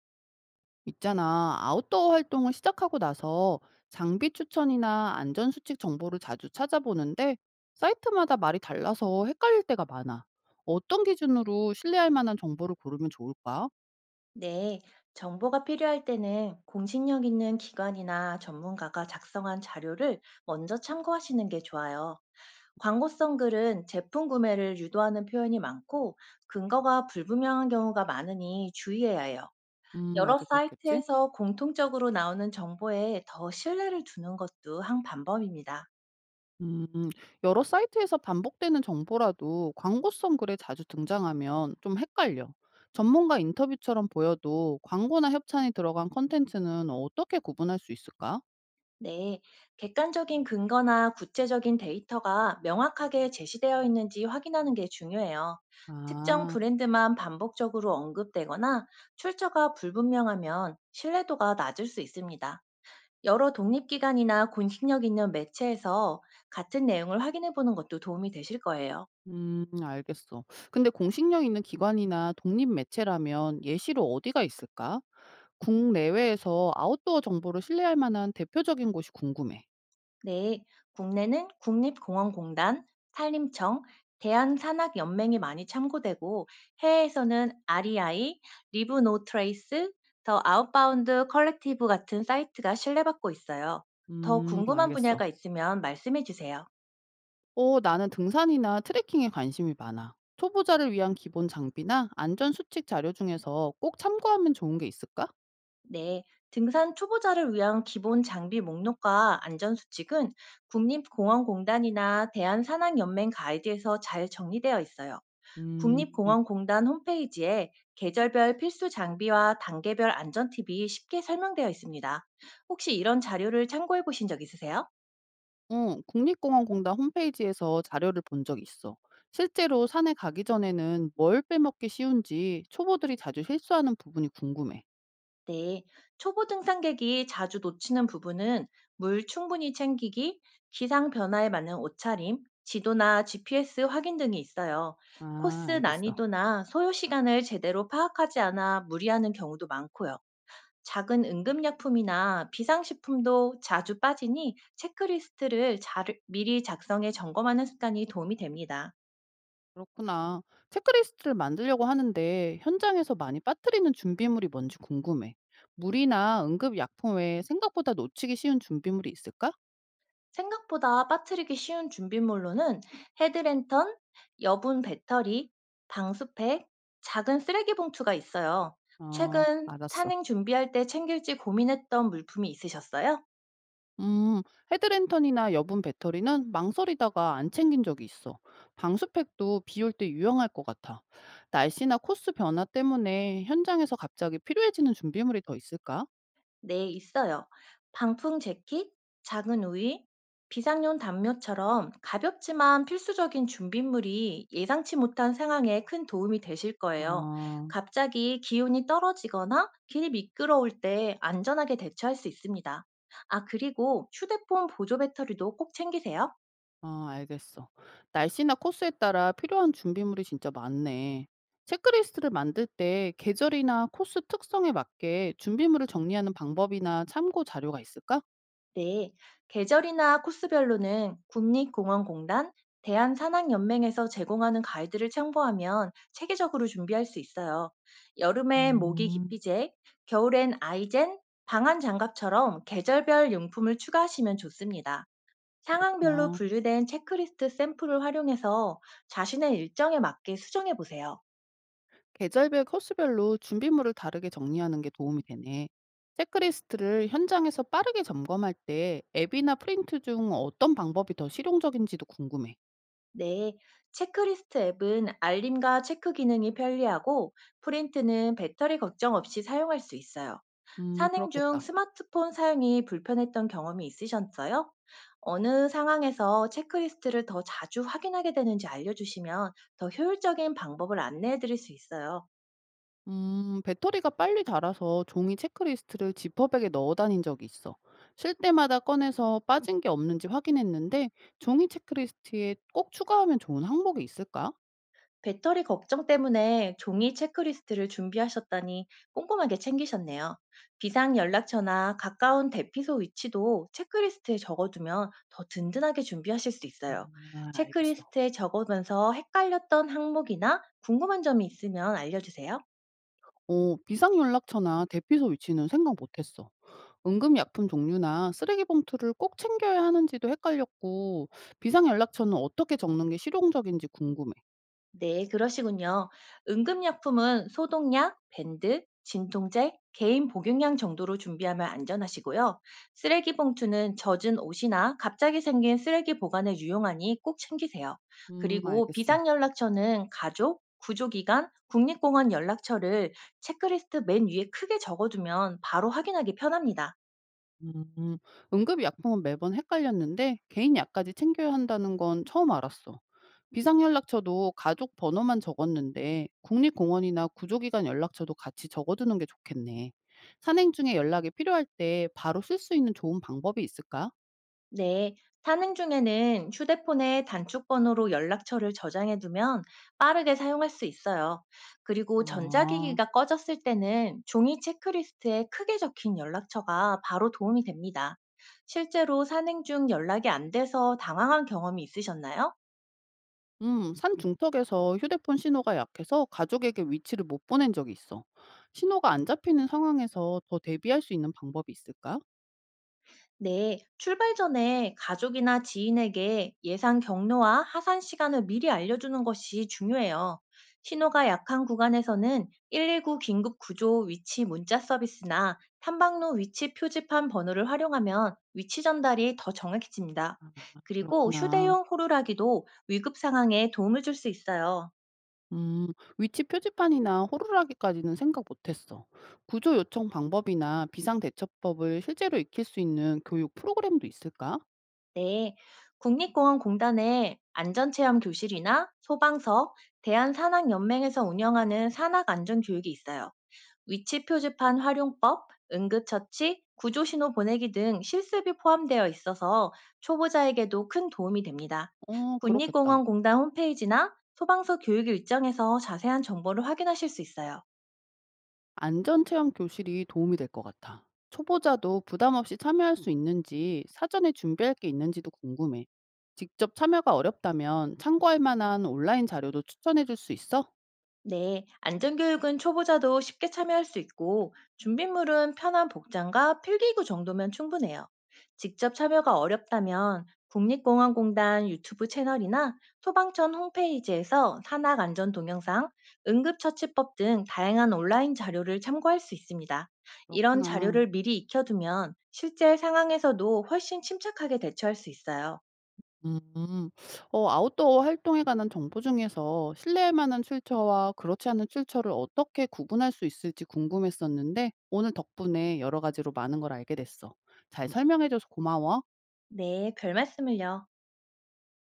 있잖아. 아웃도어 활동을 시작하고 나서 장비 추천이나 안전수칙 정보를 자주 찾아보는데 사이트마다 말이 달라서 헷갈릴 때가 많아. 어떤 기준으로 신뢰할 만한 정보를 고르면 좋을까? 네, 정보가 필요할 때는 공신력 있는 기관이나 전문가가 작성한 자료를 먼저 참고하시는 게 좋아요. 광고성 글은 제품 구매를 유도하는 표현이 많고 근거가 불분명한 경우가 많으니 주의해야 해요. 여러 맞아. 그렇겠지. 사이트에서 공통적으로 나오는 정보에 더 신뢰를 두는 것도 한 방법입니다. 음, 여러 사이트에서 반복되는 정보라도 광고성 글에 자주 등장하면 좀 헷갈려. 전문가 인터뷰처럼 보여도 광고나 협찬이 들어간 컨텐츠는 어떻게 구분할 수 있을까? 네, 객관적인 근거나 구체적인 데이터가 명확하게 제시되어 있는지 확인하는 게 중요해요. 특정 아. 브랜드만 반복적으로 언급되거나 출처가 불분명하면 신뢰도가 낮을 수 있습니다. 여러 독립기관이나 공식력 있는 매체에서 같은 내용을 확인해 보는 것도 도움이 되실 거예요. 알겠어. 근데 공식력 있는 기관이나 독립 매체라면 예시로 어디가 있을까? 국내외에서 아웃도어 정보를 신뢰할 만한 대표적인 곳이 궁금해. 네, 국내는 국립공원공단, 산림청, 대한산악연맹이 많이 참고되고 해외에서는 REI, 리브 노 트레이스, 더 아웃바운드 컬렉티브 같은 사이트가 신뢰받고 있어요. 더 궁금한 알겠어. 분야가 있으면 말씀해 주세요. 어 나는 등산이나 트레킹에 관심이 많아. 초보자를 위한 기본 장비나 안전 수칙 자료 중에서 꼭 참고하면 좋은 게 있을까? 네, 등산 초보자를 위한 기본 장비 목록과 안전수칙은 국립공원공단이나 대한산악연맹 가이드에서 잘 정리되어 있어요. 음. 국립공원공단 홈페이지에 계절별 필수 장비와 단계별 안전 팁이 쉽게 설명되어 있습니다. 혹시 이런 자료를 참고해 보신 적 있으세요? 어, 국립공원공단 홈페이지에서 자료를 본 적이 있어. 실제로 산에 가기 전에는 뭘 빼먹기 쉬운지 초보들이 자주 실수하는 부분이 궁금해. 네. 초보 등산객이 자주 놓치는 부분은 물 충분히 챙기기, 기상 변화에 맞는 옷차림, 지도나 GPS 확인 등이 있어요. 아, 코스 알겠어. 난이도나 소요 시간을 제대로 파악하지 않아 무리하는 경우도 많고요. 작은 응급약품이나 비상식품도 자주 빠지니 체크리스트를 미리 작성해 점검하는 습관이 도움이 됩니다. 그렇구나. 체크리스트를 만들려고 하는데 현장에서 많이 빠뜨리는 준비물이 뭔지 궁금해. 물이나 응급약품 외에 생각보다 놓치기 쉬운 준비물이 있을까? 생각보다 빠뜨리기 쉬운 준비물로는 헤드랜턴, 여분 배터리, 방수팩, 작은 쓰레기 봉투가 있어요. 어, 최근 알았어. 산행 준비할 때 챙길지 고민했던 물품이 있으셨어요? 음, 헤드랜턴이나 여분 배터리는 망설이다가 안 챙긴 적이 있어. 방수팩도 비 올 때 유용할 것 같아. 날씨나 코스 변화 때문에 현장에서 갑자기 필요해지는 준비물이 더 있을까? 네, 있어요. 방풍 재킷, 작은 우위, 비상용 담요처럼 가볍지만 필수적인 준비물이 예상치 못한 상황에 큰 도움이 되실 거예요. 아, 갑자기 기온이 떨어지거나 길이 미끄러울 때 안전하게 대처할 수 있습니다. 아, 그리고 휴대폰 보조 배터리도 꼭 챙기세요. 알겠어. 날씨나 코스에 따라 필요한 준비물이 진짜 많네. 체크리스트를 만들 때 계절이나 코스 특성에 맞게 준비물을 정리하는 방법이나 참고 자료가 있을까? 네, 계절이나 코스별로는 국립공원공단, 대한산악연맹에서 제공하는 가이드를 참고하면 체계적으로 준비할 수 있어요. 여름엔 모기 음, 기피제, 겨울엔 아이젠, 방한 장갑처럼 계절별 용품을 추가하시면 좋습니다. 상황별로 그렇구나. 분류된 체크리스트 샘플을 활용해서 자신의 일정에 맞게 수정해 보세요. 계절별 코스별로 준비물을 다르게 정리하는 게 도움이 되네. 체크리스트를 현장에서 빠르게 점검할 때 앱이나 프린트 중 어떤 방법이 더 실용적인지도 궁금해. 네, 체크리스트 앱은 알림과 체크 기능이 편리하고 프린트는 배터리 걱정 없이 사용할 수 있어요. 산행 중 그렇겠다. 스마트폰 사용이 불편했던 경험이 있으셨어요? 어느 상황에서 체크리스트를 더 자주 확인하게 되는지 알려주시면 더 효율적인 방법을 안내해 드릴 수 있어요. 배터리가 빨리 닳아서 종이 체크리스트를 지퍼백에 넣어 다닌 적이 있어. 쉴 때마다 꺼내서 빠진 게 없는지 확인했는데 종이 체크리스트에 꼭 추가하면 좋은 항목이 있을까? 배터리 걱정 때문에 종이 체크리스트를 준비하셨다니 꼼꼼하게 챙기셨네요. 비상 연락처나 가까운 대피소 위치도 체크리스트에 적어두면 더 든든하게 준비하실 수 있어요. 아, 알겠어. 체크리스트에 적으면서 헷갈렸던 항목이나 궁금한 점이 있으면 알려주세요. 어, 비상 연락처나 대피소 위치는 생각 못 했어. 응급약품 종류나 쓰레기 봉투를 꼭 챙겨야 하는지도 헷갈렸고, 비상연락처는 어떻게 적는 게 실용적인지 궁금해. 네, 그러시군요. 응급약품은 소독약, 밴드, 진통제, 개인 복용량 정도로 준비하면 안전하시고요. 쓰레기 봉투는 젖은 옷이나 갑자기 생긴 쓰레기 보관에 유용하니 꼭 챙기세요. 그리고 알겠어. 비상연락처는 가족, 구조기관, 국립공원 연락처를 체크리스트 맨 위에 크게 적어두면 바로 확인하기 편합니다. 음, 응급약품은 매번 헷갈렸는데, 개인약까지 챙겨야 한다는 건 처음 알았어. 비상연락처도 가족 번호만 적었는데, 국립공원이나 구조기관 연락처도 같이 적어두는 게 좋겠네. 산행 중에 연락이 필요할 때 바로 쓸 수 있는 좋은 방법이 있을까? 네, 산행 중에는 휴대폰에 단축번호로 연락처를 저장해 두면 빠르게 사용할 수 있어요. 그리고 아. 전자기기가 꺼졌을 때는 종이 체크리스트에 크게 적힌 연락처가 바로 도움이 됩니다. 실제로 산행 중 연락이 안 돼서 당황한 경험이 있으셨나요? 산 중턱에서 휴대폰 신호가 약해서 가족에게 위치를 못 보낸 적이 있어. 신호가 안 잡히는 상황에서 더 대비할 수 있는 방법이 있을까? 네, 출발 전에 가족이나 지인에게 예상 경로와 하산 시간을 미리 알려주는 것이 중요해요. 신호가 약한 구간에서는 119 긴급 구조 위치 문자 서비스나 탐방로 위치 표지판 번호를 활용하면 위치 전달이 더 정확해집니다. 그리고 그렇구나. 휴대용 호루라기도 위급 상황에 도움을 줄 수 있어요. 음, 위치 표지판이나 호루라기까지는 생각 못했어. 구조 요청 방법이나 비상 대처법을 실제로 익힐 수 있는 교육 프로그램도 있을까? 네, 국립공원공단의 안전체험 교실이나 소방서, 대한산악연맹에서 운영하는 산악안전교육이 있어요. 위치 표지판 활용법, 응급처치, 구조신호 보내기 등 실습이 포함되어 있어서 초보자에게도 큰 도움이 됩니다. 어, 그렇겠다. 국립공원공단 홈페이지나 소방서 교육 일정에서 자세한 정보를 확인하실 수 있어요. 안전체험 교실이 도움이 될 것 같아. 초보자도 부담 없이 참여할 수 있는지 사전에 준비할 게 있는지도 궁금해. 직접 참여가 어렵다면 참고할 만한 온라인 자료도 추천해 줄 수 있어? 네, 안전교육은 초보자도 쉽게 참여할 수 있고, 준비물은 편한 복장과 필기구 정도면 충분해요. 직접 참여가 어렵다면 국립공원공단 유튜브 채널이나 소방청 홈페이지에서 산악 안전 동영상, 응급처치법 등 다양한 온라인 자료를 참고할 수 있습니다. 이런 그렇구나. 자료를 미리 익혀두면 실제 상황에서도 훨씬 침착하게 대처할 수 있어요. 음, 아웃도어 활동에 관한 정보 중에서 신뢰할 만한 출처와 그렇지 않은 출처를 어떻게 구분할 수 있을지 궁금했었는데 오늘 덕분에 여러 가지로 많은 걸 알게 됐어. 잘 설명해줘서 고마워. 네, 별 말씀을요.